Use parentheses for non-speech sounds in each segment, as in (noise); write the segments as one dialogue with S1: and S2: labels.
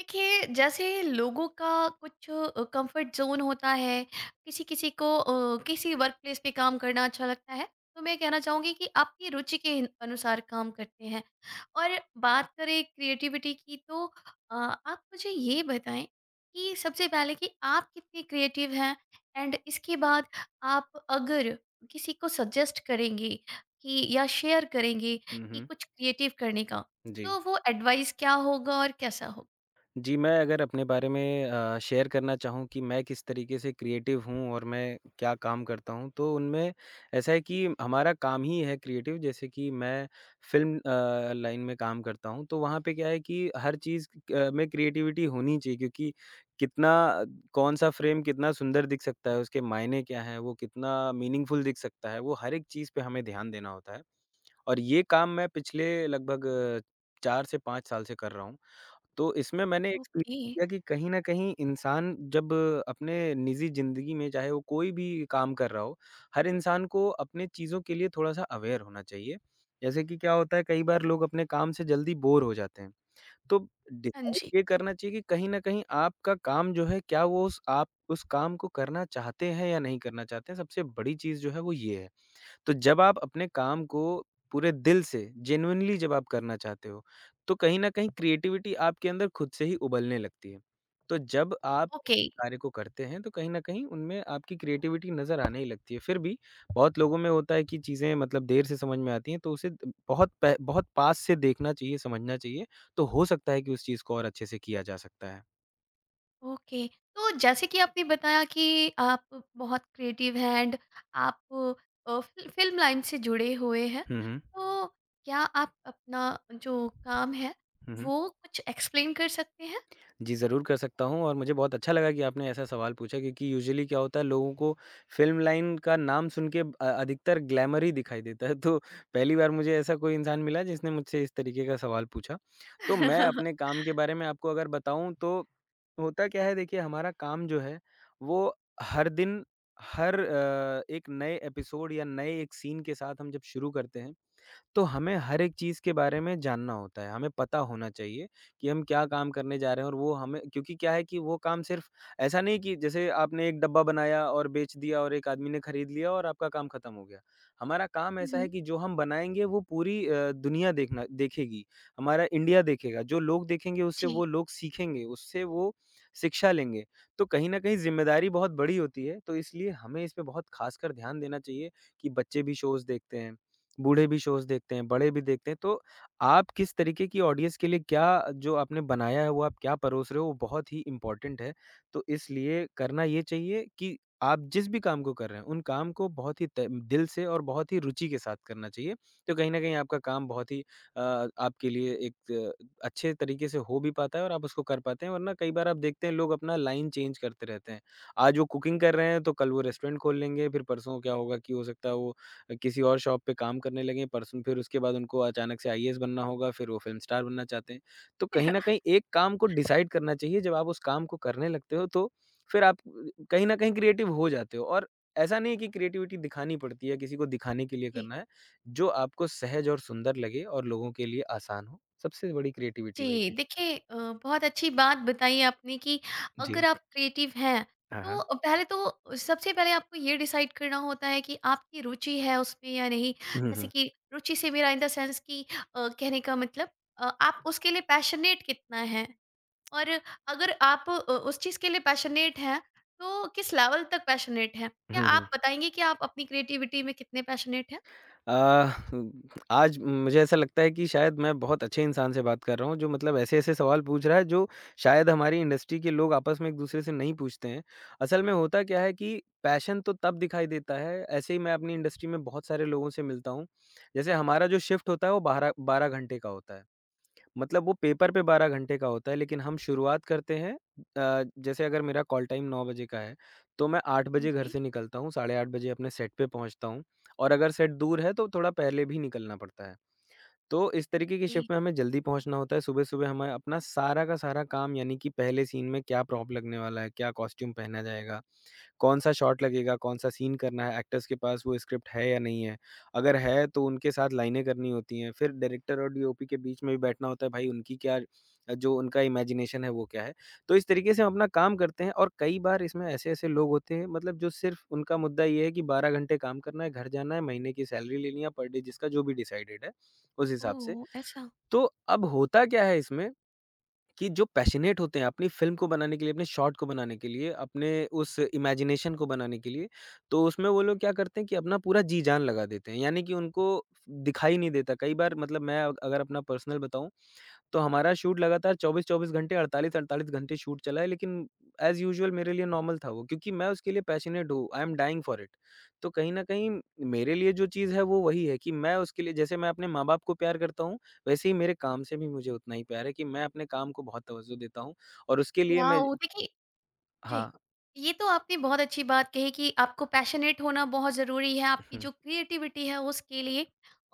S1: देखिए जैसे लोगों का कुछ कंफर्ट जोन होता है। किसी किसी को किसी वर्क प्लेस पे काम करना अच्छा लगता है। तो मैं कहना चाहूँगी कि आपकी रुचि के अनुसार काम करते हैं। और बात करें क्रिएटिविटी की तो आप मुझे ये बताएं कि सबसे पहले कि आप कितने क्रिएटिव हैं। एंड इसके बाद आप अगर किसी को सजेस्ट करेंगे कि या शेयर करेंगे
S2: हुँ,
S1: कि
S2: हुँ।
S1: कुछ क्रिएटिव करने का,
S2: जी।
S1: तो वो एडवाइस क्या होगा और कैसा होगा।
S2: जी, मैं अगर अपने बारे में शेयर करना चाहूँ कि मैं किस तरीके से क्रिएटिव हूँ और मैं क्या काम करता हूँ, तो उनमें ऐसा है कि हमारा काम ही है क्रिएटिव। जैसे कि मैं फ़िल्म लाइन में काम करता हूँ, तो वहाँ पे क्या है कि हर चीज़ में क्रिएटिविटी होनी चाहिए, क्योंकि कितना कौन-सा फ़्रेम कितना सुंदर दिख सकता है, उसके मायने क्या हैं, वो कितना मीनिंगफ़ुल दिख सकता है, वो हर एक चीज़ पे हमें ध्यान देना होता है। और ये काम मैं पिछले लगभग 4 से 5 साल से कर रहा हूँ। तो इसमें मैंने एक्सपीरियंस
S1: ओके।
S2: किया कि कहीं न कहीं इंसान जब अपने निजी ज़िंदगी में चाहे वो कोई भी काम कर रहा हो, हर इंसान को अपने चीज़ों के लिए थोड़ा-सा अवेयर होना चाहिए। जैसे कि क्या होता है, कई बार लोग अपने काम से जल्दी बोर हो जाते हैं। तो
S1: हाँ
S2: डिसाइड
S1: जी।
S2: ये करना चाहिए कि कहीं न कहीं आपका काम जो है, क्या वो उस आप उस काम को करना चाहते हैं या नहीं करना चाहते हैं, सबसे बड़ी चीज़ जो है वो ये है। तो जब आप अपने काम को पूरे दिल से जेन्युइनली जब आप करना चाहते हो, तो कहीं न कहीं क्रिएटिविटी आपके अंदर खुद से ही उबलने लगती है। तो जब आप
S1: ओके,
S2: कार्य को करते हैं, तो कहीं न कहीं उनमें आपकी क्रिएटिविटी नज़र आने ही लगती है। फिर भी बहुत लोगों में होता है कि चीज़ें मतलब देर से समझ में आती हैं, तो उसे द बहुत पास से देखना चाहिए, समझना चाहिए, तो हो सकता है कि उस चीज़ को और अच्छे से किया जा सकता है।
S1: ओके। तो जैसे कि आपने बताया कि आप बहुत क्रिएटिव हैं एंड आप फ़िल्म लाइन से जुड़े हुए हैं।
S2: हुँ, हुँ।
S1: तो क्या आप अपना जो काम है,
S2: हुँ, हुँ।
S1: वो कुछ एक्सप्लेन कर सकते हैं?
S2: जी, ज़रूर कर सकता हूँ, और मुझे बहुत अच्छा लगा कि आपने ऐसा सवाल पूछा, क्योंकि यूजुअली क्या होता है, लोगों को फ़िल्म लाइन का नाम सुन के अधिकतर ग्लैमर ही दिखाई देता है। (laughs) तो पहली बार मुझे ऐसा कोई इंसान मिला जिसने मुझसे इस तरीके का सवाल पूछा। तो मैं अपने
S1: (laughs)
S2: काम के बारे में आपको अगर बताऊँ, तो होता क्या है, देखिए हमारा काम जो है वो हर दिन हर एक नए एपिसोड या नए एक सीन के साथ हम जब शुरू करते हैं, तो हमें हर एक चीज़ के बारे में जानना होता है, हमें पता होना चाहिए कि हम क्या काम करने जा रहे हैं, और वो हमें क्योंकि क्या है कि वो काम सिर्फ़ ऐसा नहीं कि जैसे आपने एक डब्बा बनाया और बेच दिया और एक आदमी ने खरीद लिया और आपका काम खत्म हो गया। हमारा काम
S1: हुँ,
S2: ऐसा
S1: हुँ।
S2: है कि जो हम बनाएँगे वो पूरी दुनिया देखना देखेगी, हमारा इंडिया देखेगा, जो लोग देखेंगे उससे
S1: जी।
S2: वो लोग सीखेंगे, उससे वो शिक्षा लेंगे। तो कहीं न कहीं ज़िम्मेदारी बहुत बड़ी होती है, तो इसलिए हमें इस पे बहुत ख़ासकर ध्यान देना चाहिए कि बच्चे भी शोज़ देखते हैं। बूढ़े भी शोज़ देखते हैं, बड़े भी देखते हैं, तो आप किस तरीके की ऑडियंस के लिए क्या जो आपने बनाया है, वो आप क्या परोस रहे हो, वो बहुत ही इम्पोर्टेंट है। तो इसलिए करना ये चाहिए कि आप जिस भी काम को कर रहे हैं, उन काम को बहुत ही त दिल से और बहुत ही रुचि के साथ करना चाहिए। तो कहीं न कहीं आपका काम बहुत ही आपके लिए एक अच्छे तरीके से हो भी पाता है और आप उसको कर पाते हैं, वरना कई बार आप देखते हैं, लोग अपना लाइन चेंज करते रहते हैं। आज वो कुकिंग कर रहे हैं, तो कल वो रेस्टोरेंट खोल लेंगे, फिर परसों क्या होगा कि हो सकता है वो किसी और शॉप पे काम करने लगे पर्सन, फिर उसके बाद उनको अचानक से आईएएस बनना होगा, फिर वो फ़िल्म स्टार बनना चाहते हैं। तो कहीं न कहीं एक काम को डिसाइड करना चाहिए, जब आप उस काम को करने लगते हो तो फिर आप कहीं न कहीं क्रिएटिव हो जाते हो, और ऐसा नहीं है कि क्रिएटिविटी दिखानी पड़ती है, किसी को दिखाने के लिए
S1: जी।
S2: करना है। जो आपको सहज और सुंदर लगे और लोगों के लिए आसान हो, सबसे बड़ी क्रिएटिविटी वही
S1: जी,
S2: है।
S1: देखिए, बहुत अच्छी बात बताई आपने कि अगर
S2: जी।
S1: आप क्रिएटिव हैं,
S2: हाँ, हाँ।
S1: तो पहले तो सबसे पहले आपको ये डिसाइड करना होता है कि आपकी रुचि है उसमें या नहीं।
S2: हुँ,
S1: जैसे
S2: हुँ।
S1: कि रुचि से मेरा इन द सेंस कि कहने का मतलब, आप उसके लिए पैशनेट कितना हैं और अगर आप उस चीज़ के लिए पैशनेट हैं, तो किस लेवल तक पैशनेट हैं? क्या
S2: हुँ, हुँ।
S1: आप बताएँगे कि आप अपनी क्रिएटिविटी में कितने पैशनेट हैं?
S2: अ, आज मुझे ऐसा लगता है कि शायद मैं बहुत अच्छे इंसान से बात कर रहा हूँ, जो मतलब ऐसे-ऐसे सवाल पूछ रहा है, जो शायद हमारी इंडस्ट्री के लोग आपस में एक-दूसरे से नहीं पूछते हैं। असल में होता क्या है कि पैशन तो तब दिखाई देता है, ऐसे ही मैं अपनी इंडस्ट्री में बहुत सारे लोगों से मिलता हूँ। जैसे हमारा जो शिफ्ट होता है, वो बारह 12 घंटे का होता है। मतलब वो पेपर पे 12 घंटे का होता है, लेकिन हम शुरुआत करते हैं जैसे अगर मेरा कॉल टाइम 9 बजे का है, तो मैं 8
S1: जी,
S2: बजे घर
S1: जी।
S2: से निकलता हूँ, साढ़े 8 बजे अपने सेट पे पहुँचता हूँ, और अगर सेट दूर है, तो थोड़ा पहले भी निकलना पड़ता है। तो इस तरीके की शिफ्ट में हमें जल्दी पहुँचना होता है, सुबह-सुबह हमें अपना सारा का सारा काम, यानी कि पहले सीन में क्या प्रॉप लगने वाला है, क्या कॉस्ट्यूम पहना जाएगा, कौन-सा शॉट लगेगा, कौन-सा सीन करना है, एक्टर्स के पास वो स्क्रिप्ट है या नहीं है। अगर है तो उनके साथ लाइनें करनी होती हैं, फिर डायरेक्टर और डीओपी के बीच में भी बैठना होता है, भाई उनकी क्या, जो उनका इमेजिनेशन है वो क्या है। तो इस तरीके से हम अपना काम करते हैं, और कई बार इसमें ऐसे-ऐसे लोग होते हैं, मतलब जो सिर्फ़ उनका मुद्दा ये है कि 12 घंटे काम करना है, घर जाना है, महीने की सैलरी लेनी है पर डे जिसका जो भी डिसाइडेड है, उस हिसाब से।
S1: ओह! ऐसा।
S2: तो अब होता क्या है इसमें कि जो पैशनेट होते हैं अपनी फ़िल्म को बनाने के लिए, अपने शॉट को बनाने के लिए, अपने उस इमेजिनेशन को बनाने के लिए, तो उसमें वो लोग क्या करते हैं कि अपना पूरा जी-जान लगा देते हैं। यानी कि उनको दिखाई नहीं देता। कई बार मतलब मैं अग अगर अपना पर्सनल बताऊँ, तो हमारा शूट लगातार 24-24 घंटे, 48-48 घंटे शूट चला है, लेकिन एज़ यूजुअल मेरे लिए नॉर्मल था वो, क्योंकि मैं उसके लिए पैशनेट हूँ, I am dying for it. तो कहीं न कहीं मेरे लिए जो चीज़ है वो वही है कि मैं उसके लिए जैसे मैं अपने माँ-बाप को प्यार करता हूँ, वैसे ही मेरे काम से भी मुझे उतना ही प्यार है कि मैं अपने काम को बहुत तवज्जो देता हूँ, और उसके लिए मैं।
S1: वाओ! देखिए। जी।
S2: हाँ।
S1: ये तो आपने बहुत अच्छी बात कही कि आपको पैशनेट होना बहुत ज़रूरी है, आपकी
S2: हुँ।
S1: जो क्रिएटिविटी है उसके लिए।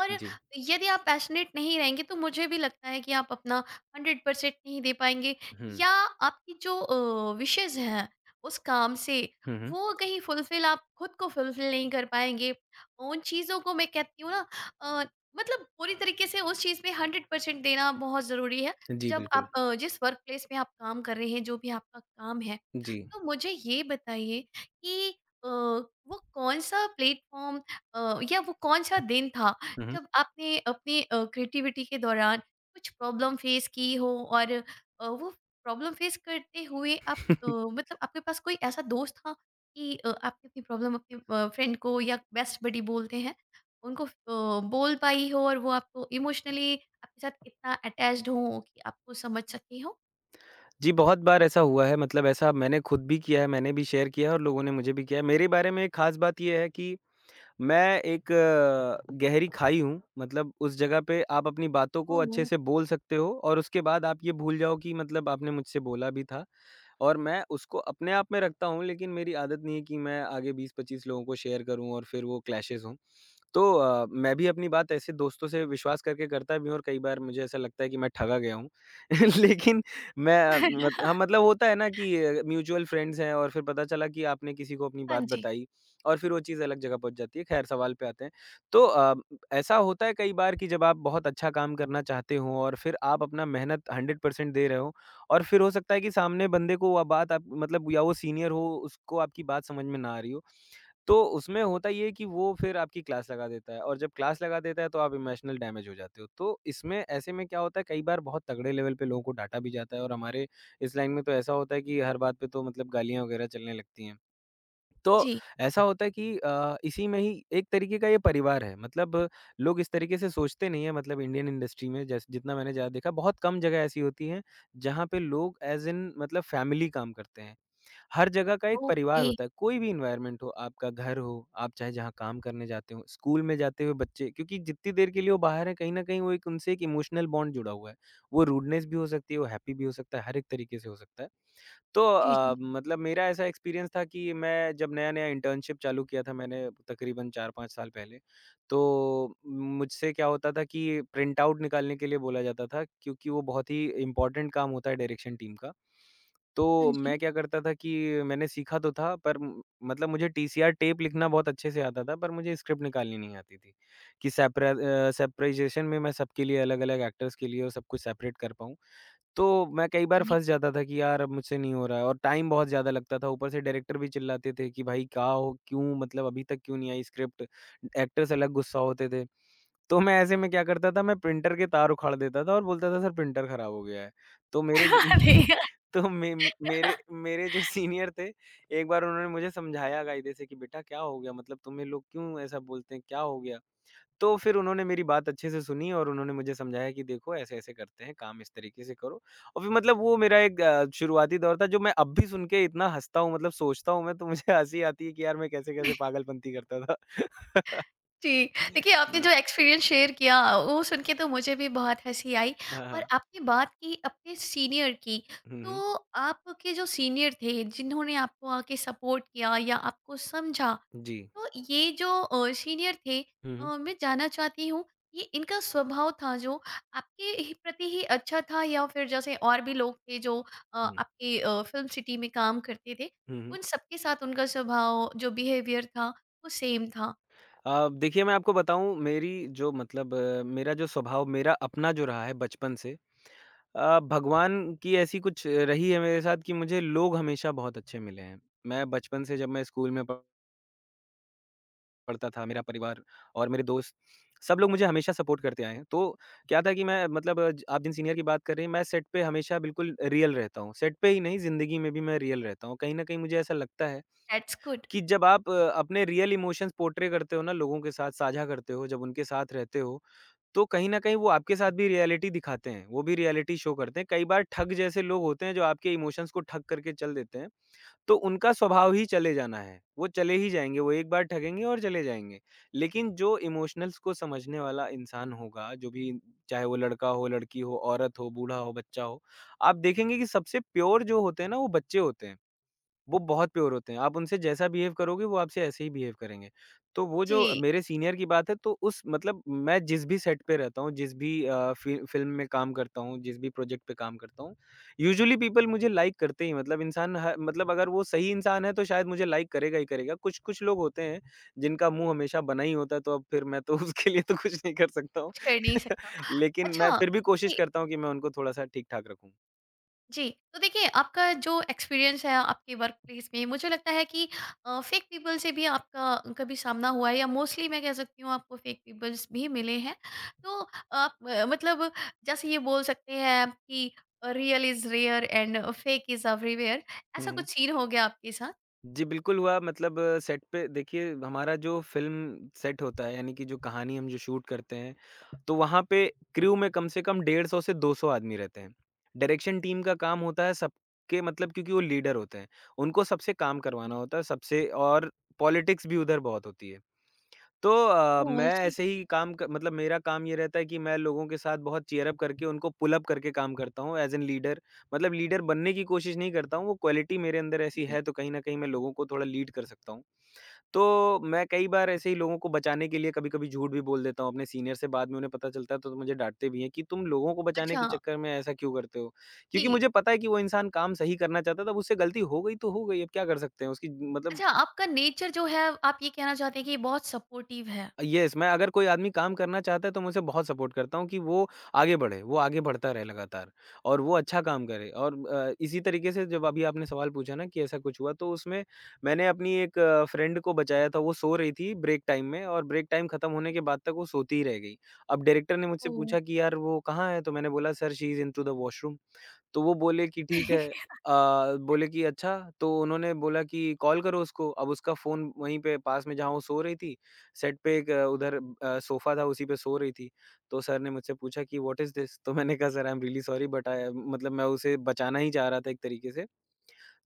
S1: और
S2: जी।
S1: यदि आप पैशनेट नहीं रहेंगे तो मुझे भी लगता है कि आप अपना 100% नहीं दे पाएँगे,
S2: हुँ।
S1: या आपकी जो विशेज़ हैं उस काम से,
S2: हुँ, हुँ।
S1: वो कहीं फुलफ़िल आप खुद को फुलफ़िल नहीं कर पाएँगे। उन चीज़ों को मैं कहती हूँ ना, अ, मतलब पूरी तरीके से उस चीज़ में 100% देना बहुत ज़रूरी है।
S2: जी,
S1: जब
S2: बिल्कुल।
S1: आप जिस वर्क प्लेस में आप काम कर रहे हैं, जो भी आपका काम है।
S2: जी।
S1: तो मुझे ये बताइए कि वो कौन-सा प्लेटफ़ॉर्म, या वो कौन-सा दिन था
S2: हुँ, हुँ।
S1: जब आपने अपनी क्रिएटिविटी के दौरान कुछ प्रॉब्लम फ़ेस की हो और वो प्रॉब्लम फ़ेस करते हुए आप,
S2: (laughs)
S1: मतलब आपके पास कोई ऐसा दोस्त था कि आपने अपनी प्रॉब्लम अपने फ्रेंड को या बेस्ट बडी बोलते हैं, उनको बोल पाई हो और वो आपको इमोशनली आपके साथ इतना अटैच्ड हो कि आपको समझ सके हो?
S2: जी, बहुत बार ऐसा हुआ है, मतलब ऐसा मैंने खुद भी किया है, मैंने भी शेयर किया है, और लोगों ने मुझे भी किया है। मेरे बारे में एक ख़ास बात ये है कि मैं एक गहरी खाई हूँ, मतलब उस जगह पे आप अपनी बातों को अच्छे
S1: ओह!
S2: से बोल सकते हो और उसके बाद आप ये भूल जाओ कि मतलब आपने मुझसे बोला भी था, और मैं उसको अपने आप में रखता हूँ, लेकिन मेरी आदत नहीं है कि मैं आगे 20-25 लोगों को शेयर करूँ और फिर वो क्लैशेज़ हों। तो मैं भी अपनी बात ऐसे दोस्तों से विश्वास करके करता भी हूँ और कई बार मुझे ऐसा लगता है कि मैं ठगा गया हूँ। (laughs) लेकिन मैं मत हाँ, मतलब होता है ना कि म्यूचुअल फ्रेंड्स हैं और फिर पता चला कि आपने किसी को अपनी
S1: हाँ
S2: बात
S1: जी।
S2: बताई, और फिर वो चीज़ अलग जगह पहुँच जाती है। खैर सवाल पे आते हैं। तो ऐसा होता है कई बार कि जब आप बहुत अच्छा काम करना चाहते हो और फिर आप अपना मेहनत 100% दे रहे हो, और फिर हो सकता है कि सामने बंदे को वह बात आप मतलब या वो सीनियर हो, उसको आपकी बात समझ में ना आ रही हो। तो उसमें होता ये है कि वो फिर आपकी क्लास लगा देता है, और जब क्लास लगा देता है तो आप इमोशनल डैमेज हो जाते हो। तो इसमें ऐसे में क्या होता है, कई बार बहुत तगड़े लेवल पे लोगों को डाँटा भी जाता है, और हमारे इस लाइन में तो ऐसा होता है कि हर बात पे तो मतलब गालियाँ वगैरह चलने लगती हैं। तो
S1: जी,
S2: ऐसा होता है कि इसी में ही एक तरीके का ये परिवार है। मतलब लोग इस तरीके से सोचते नहीं हैं, मतलब इंडियन इंडस्ट्री में जैस जितना मैंने ज़्यादा देखा बहुत कम जगह ऐसी होती हैं, जहाँ पे लोग एज़ इन मतलब फैमिली काम करते हैं। हर जगह का एक
S1: ओके।
S2: परिवार होता है, कोई भी एनवायरनमेंट हो, आपका घर हो, आप चाहे जहाँ काम करने जाते हो, स्कूल में जाते हुए बच्चे, क्योंकि जितनी देर के लिए वो बाहर हैं, कहीं न कहीं वो एक उनसे एक इमोशनल बॉन्ड जुड़ा हुआ है। वो रूडनेस भी हो सकती है, वो हैप्पी भी हो सकता है, हर एक तरीके से हो सकता है। तो
S1: जी, जी।
S2: मतलब मेरा ऐसा एक्सपीरियंस था कि मैं जब नया-नया इंटर्नशिप चालू किया था मैंने तकरीबन 4-5 साल पहले, तो मुझसे क्या होता था कि प्रिंट आउट निकालने के लिए बोला जाता था, क्योंकि वो बहुत ही इम्पोर्टेंट काम होता है डायरेक्शन टीम का।
S1: हाँ
S2: तो
S1: जी।
S2: मैं क्या करता था कि मैंने सीखा तो था, पर म मतलब मुझे टीसीआर टेप लिखना बहुत अच्छे से आता था, पर मुझे स्क्रिप्ट निकालनी नहीं आती थी, कि सेपराइज़ेशन में मैं सबके लिए अलग-अलग एक्टर्स के लिए और सब कुछ सेपरेट कर पाऊँ। तो मैं कई बार
S1: जी।
S2: फँस जाता था कि यार अब मुझसे नहीं हो रहा है और टाइम बहुत ज़्यादा लगता था। ऊपर से डायरेक्टर भी चिल्लाते थे कि भाई क्या हो, क्यों मतलब अभी तक क्यों नहीं आई स्क्रिप्ट? एक्टर्स अलग गुस्सा होते थे। तो मैं ऐसे में क्या करता था, मैं प्रिंटर के तार उखाड़ देता था और बोलता था सर प्रिंटर खराब हो गया है। तो मेरे
S1: अरे!
S2: (laughs)
S1: यार,
S2: तो मे मेरे मेरे जो सीनियर थे, एक बार उन्होंने मुझे समझाया कायदे से, कि बेटा क्या हो गया? मतलब तुम्हें लोग क्यों ऐसा बोलते हैं, क्या हो गया? तो फिर उन्होंने मेरी बात अच्छे से सुनी और उन्होंने मुझे समझाया कि देखो ऐसे-ऐसे करते हैं, काम इस तरीके से करो। और फिर मतलब वो मेरा एक शुरुआती दौर था, जो मैं अब भी सुन के इतना हँसता हूँ, मतलब सोचता हूँ मैं, तो मुझे (laughs) हँसी आती है कि यार मैं कैसे-कैसे पागलपंती करता था। (laughs)
S1: जी, देखिए आपने
S2: जी।
S1: जो एक्सपीरियंस शेयर किया वो सुन के तो मुझे भी बहुत हँसी आई।
S2: हाँ,
S1: और
S2: हाँ।
S1: आपने बात की अपने सीनियर की,
S2: हुँ, हुँ।
S1: तो आपके जो सीनियर थे जिन्होंने आपको आके सपोर्ट किया या आपको समझा,
S2: जी।
S1: तो ये जो सीनियर थे,
S2: हुँ, हुँ।
S1: मैं जानना चाहती हूँ ये इनका स्वभाव था जो आपके ही प्रति ही अच्छा था, या फिर जैसे और भी लोग थे जो
S2: हुँ।
S1: आपके फिल्म सिटी में काम करते थे,
S2: हुँ, हुँ।
S1: उन सबके साथ उनका स्वभाव जो बिहेवियर था वो सेम था।
S2: देखिए मैं आपको बताऊँ, मेरी जो मतलब मेरा जो स्वभाव, मेरा अपना जो रहा है बचपन से, भगवान की ऐसी कुछ रही है मेरे साथ कि मुझे लोग हमेशा बहुत अच्छे मिले हैं। मैं बचपन से जब मैं स्कूल में प पढ़ता था, मेरा परिवार और मेरे दोस्त, सब लोग मुझे हमेशा सपोर्ट करते आए हैं। तो क्या था कि मैं मतलब अ, ज आप जिन सीनियर की बात कर रहे हैं, मैं सेट पे हमेशा बिल्कुल रियल रहता हूँ। सेट पे ही नहीं, ज़िंदगी में भी मैं रियल रहता हूँ। कहीं न कहीं मुझे ऐसा लगता है
S1: दैट्स गुड।
S2: कि जब आप अपने रियल इमोशंस पोर्ट्रे करते हो ना, लोगों के साथ साझा करते हो, जब उनके साथ रहते हो, तो कहीं न कहीं वो आपके साथ भी रियलिटी दिखाते हैं, वो भी रियलिटी शो करते हैं। कई बार ठग जैसे लोग होते हैं जो आपके इमोशंस को ठग करके चल देते हैं, तो उनका स्वभाव ही चले जाना है, वो चले ही जाएँगे, वो एक बार ठगेंगे और चले जाएँगे। लेकिन जो इमोशनल्स को समझने वाला इंसान होगा, जो भी, चाहे वो लड़का हो, लड़की हो, औरत हो, बूढ़ा हो, बच्चा हो, आप देखेंगे कि सबसे प्योर जो होते हैं ना, वो बच्चे होते हैं। वो बहुत प्योर होते हैं। आप उनसे जैसा बिहेव करोगे, वो आपसे ऐसे ही बिहेव करेंगे। तो वो जो
S1: जी।
S2: मेरे सीनियर की बात है, तो उस मतलब मैं जिस भी सेट पे रहता हूँ, जिस भी अ, फि फ़िल्म में काम करता हूँ, जिस भी प्रोजेक्ट पे काम करता हूँ, यूजुअली पीपल मुझे लाइक करते ही, मतलब इंसान ह मतलब अगर वो सही इंसान है तो शायद मुझे लाइक करेगा ही करेगा। कुछ-कुछ लोग होते हैं जिनका मुँह हमेशा बना ही होता है, तो अब फिर मैं तो (laughs) उसके लिए तो कुछ नहीं कर सकता हूँ।
S1: कुछ कर नहीं सकता।
S2: (laughs) लेकिन मैं
S1: अच्छा
S2: फिर भी कोशिश
S1: कि
S2: करता हूँ कि मैं उनको थोड़ा-सा ठीक-ठाक रखूँ।
S1: जी, तो देखिए आपका जो एक्सपीरियंस है आपके वर्कप्लेस में मुझे लगता है कि फेक पीपल से भी आपका कभी सामना हुआ है, या मोस्टली मैं कह सकती हूँ आपको फेक पीपल्स भी मिले हैं। तो आप, मतलब जैसे ये बोल सकते हैं आप कि real is rare and fake is everywhere,
S2: hmm,
S1: ऐसा
S2: हुँ।
S1: कुछ सीन हो गया आपके साथ?
S2: जी, बिल्कुल हुआ, मतलब सेट पे देखिए, हमारा जो फ़िल्म सेट होता है, यानी कि जो कहानी हम जो शूट करते हैं, तो वहाँ पे क्रू में कम से कम 150 से 200 आदमी रहते हैं। डायरेक्शन टीम का काम होता है सबके, मतलब क्योंकि वो लीडर होते हैं, उनको सबसे काम करवाना
S1: जी।
S2: होता है, सबसे। और पॉलिटिक्स भी उधर बहुत होती है। तो
S1: ओह! आई
S2: मैं
S1: सी।
S2: ऐसे ही काम क मतलब मेरा काम ये रहता है कि मैं लोगों के साथ बहुत चीयर अप करके, उनको पुल अप करके काम करता हूँ एज़ एन लीडर। मतलब लीडर बनने की कोशिश नहीं करता हूँ, वो क्वालिटी मेरे अंदर ऐसी
S1: जी।
S2: है, तो कहीं न कहीं मैं लोगों को थोड़ा लीड कर सकता हूँ। तो मैं कई बार ऐसे ही लोगों को बचाने के लिए कभी-कभी झूठ भी बोल देता हूँ अपने सीनियर से। बाद में उन्हें पता चलता है तो मुझे डाँटते भी हैं कि तुम लोगों को बचाने
S1: अच्छा,
S2: के चक्कर में ऐसा क्यों करते हो?
S1: जी।
S2: क्योंकि मुझे पता है कि वो इंसान काम सही करना चाहता था, अब उससे गलती हो गई तो हो गई, अब क्या कर सकते हैं? उसकी मतलब
S1: अच्छा आपका नेचर जो है, आप ये कहना चाहते हैं कि बहुत सपोर्टिव है?
S2: येस, मैं अगर कोई आदमी काम करना चाहता है तो मैं उसे बहुत सपोर्ट करता हूँ कि वो आगे बढ़े, वो आगे बढ़ता रहे लगातार और वो अच्छा काम करे। और इसी तरीके से जब अभी आपने सवाल पूछा ना कि ऐसा कुछ हुआ, तो उसमें मैंने अपनी एक फ्रेंड को बचाया था। वो सो रही थी ब्रेक टाइम में, और ब्रेक टाइम खत्म होने के बाद तक वो सोती ही रह गई। अब डायरेक्टर ने मुझसे
S1: ओह!
S2: पूछा कि यार वो कहाँ है? तो मैंने बोला, sir she is into the washroom. तो वो बोले कि ठीक है,
S1: (laughs)
S2: अ, बोले कि अच्छा, तो उन्होंने बोला कि कॉल करो उसको। अब उसका फ़ोन वहीं पे पास में, जहाँ वो सो रही थी, सेट पे एक उधर सोफ़ा था, उसी पे सो रही थी। तो सर ने मुझसे पूछा कि व्हाट इज़ दिस? तो मैंने कहा sir I am really sorry but I, मतलब मैं उसे बचाना ही चाह रहा था एक तरीके से।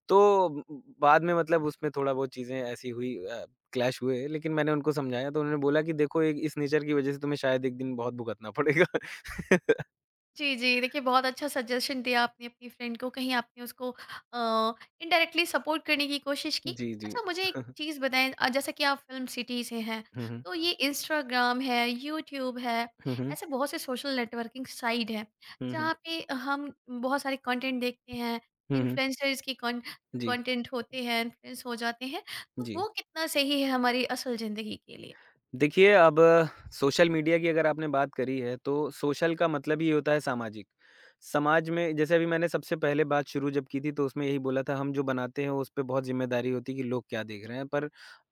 S2: तो ब बाद में मतलब उसमें थोड़ा बहुत चीज़ें ऐसी हुई, क्लैश हुए, लेकिन मैंने उनको समझाया तो उन्होंने बोला कि देखो, एक इस नेचर की वज़ह से तुम्हें शायद एक दिन बहुत भुगतना पड़ेगा। (laughs)
S1: जी, जी। देखिए, बहुत अच्छा सजेशन दिया आपने अपनी फ्रेंड को, कहीं आपने उसको इनडायरेक्टली सपोर्ट करने की कोशिश की।
S2: जी, जी।
S1: अच्छा, मुझे एक चीज़ बताएँ, जैसा कि आप फिल्म सिटी से हैं,
S2: हुँ, हुँ।
S1: तो ये इंस्टाग्राम है, यूट्यूब है,
S2: हुँ, हुँ।
S1: ऐसे बहुत से सोशल नेटवर्किंग साइट हैं,
S2: हुँ, हुँ।
S1: जहाँ पे हम बहुत सारे कंटेंट देखते हैं,
S2: हुँ, हुँ।
S1: इन्फ्लुएंसर्स की कॉन जो
S2: जी,
S1: कंटेंट होते हैं, इन्फ्लुएंस हो जाते हैं, तो
S2: जी।
S1: वो कितना सही है हमारी असल ज़िंदगी के लिए?
S2: देखिए अब सोशल मीडिया की अगर आपने बात करी है, तो सोशल का मतलब ही होता है सामाजिक। समाज में जैसे अभी मैंने सबसे पहले बात शुरू जब की थी, तो उसमें यही बोला था, हम जो बनाते हैं उस पे बहुत ज़िम्मेदारी होती है कि लोग क्या देख रहे हैं। पर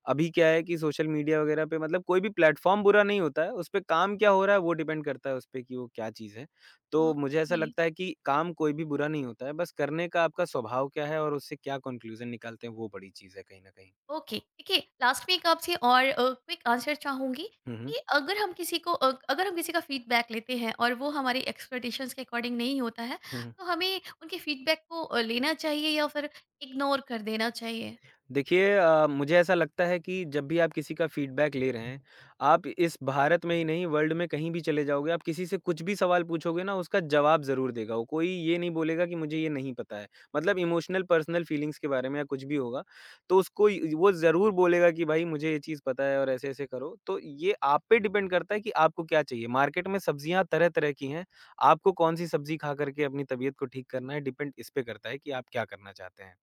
S2: अभी क्या है कि सोशल मीडिया वगैरह पे, मतलब कोई भी प्लेटफ़ॉर्म बुरा नहीं होता है, उस पे काम क्या हो रहा है वो डिपेंड करता है उस पे कि वो क्या चीज़ है। तो मुझे ऐसा
S1: ओके।
S2: लगता है कि काम कोई भी बुरा नहीं होता है, बस करने का आपका स्वभाव क्या है और उससे क्या कन्क्लूज़न निकालते हैं, वो बड़ी चीज़ है कहीं न कहीं।
S1: ओके देखिए, लास्ट में एक आपसे और क्विक आंसर चाहूंगी
S2: हुँ, हुँ।
S1: कि अगर हम किसी को अ, अगर हम किसी का फीडबैक लेते हैं और वो हमारी एक्सपेक्टेशंस के अकॉर्डिंग नहीं होता है,
S2: हुँ, हुँ।
S1: तो हमें उनके फीडबैक को लेना चाहिए या फिर इग्नोर कर देना चाहिए?
S2: देखिए मुझे ऐसा लगता है कि जब भी आप किसी का फीडबैक ले रहे हैं, आप इस भारत में ही नहीं, वर्ल्ड में कहीं भी चले जाओगे, आप किसी से कुछ भी सवाल पूछोगे ना उसका जवाब ज़रूर देगा वो, कोई ये नहीं बोलेगा कि मुझे ये नहीं पता है। मतलब इमोशनल पर्सनल फीलिंग्स के बारे में या कुछ भी होगा, तो उसको इ वो ज़रूर बोलेगा कि भाई मुझे ये चीज़ पता है और ऐसे-ऐसे करो। तो ये आप पे डिपेंड करता है कि आपको क्या चाहिए। मार्केट में सब्जियाँ तरह-तरह की हैं, आपको कौन-सी सब्जी खा कर के अपनी तबीयत को ठीक करना है, डिपेंड इस पे करता है कि आप क्या करना चाहते हैं।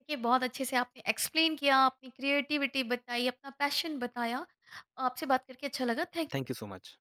S1: देखिए बहुत अच्छे से आपने एक्सप्लेन किया, अपनी क्रिएटिविटी बताई, अपना पैशन बताया। आपसे बात करके अच्छा लगा। Thank
S2: thank
S1: you.
S2: You so much.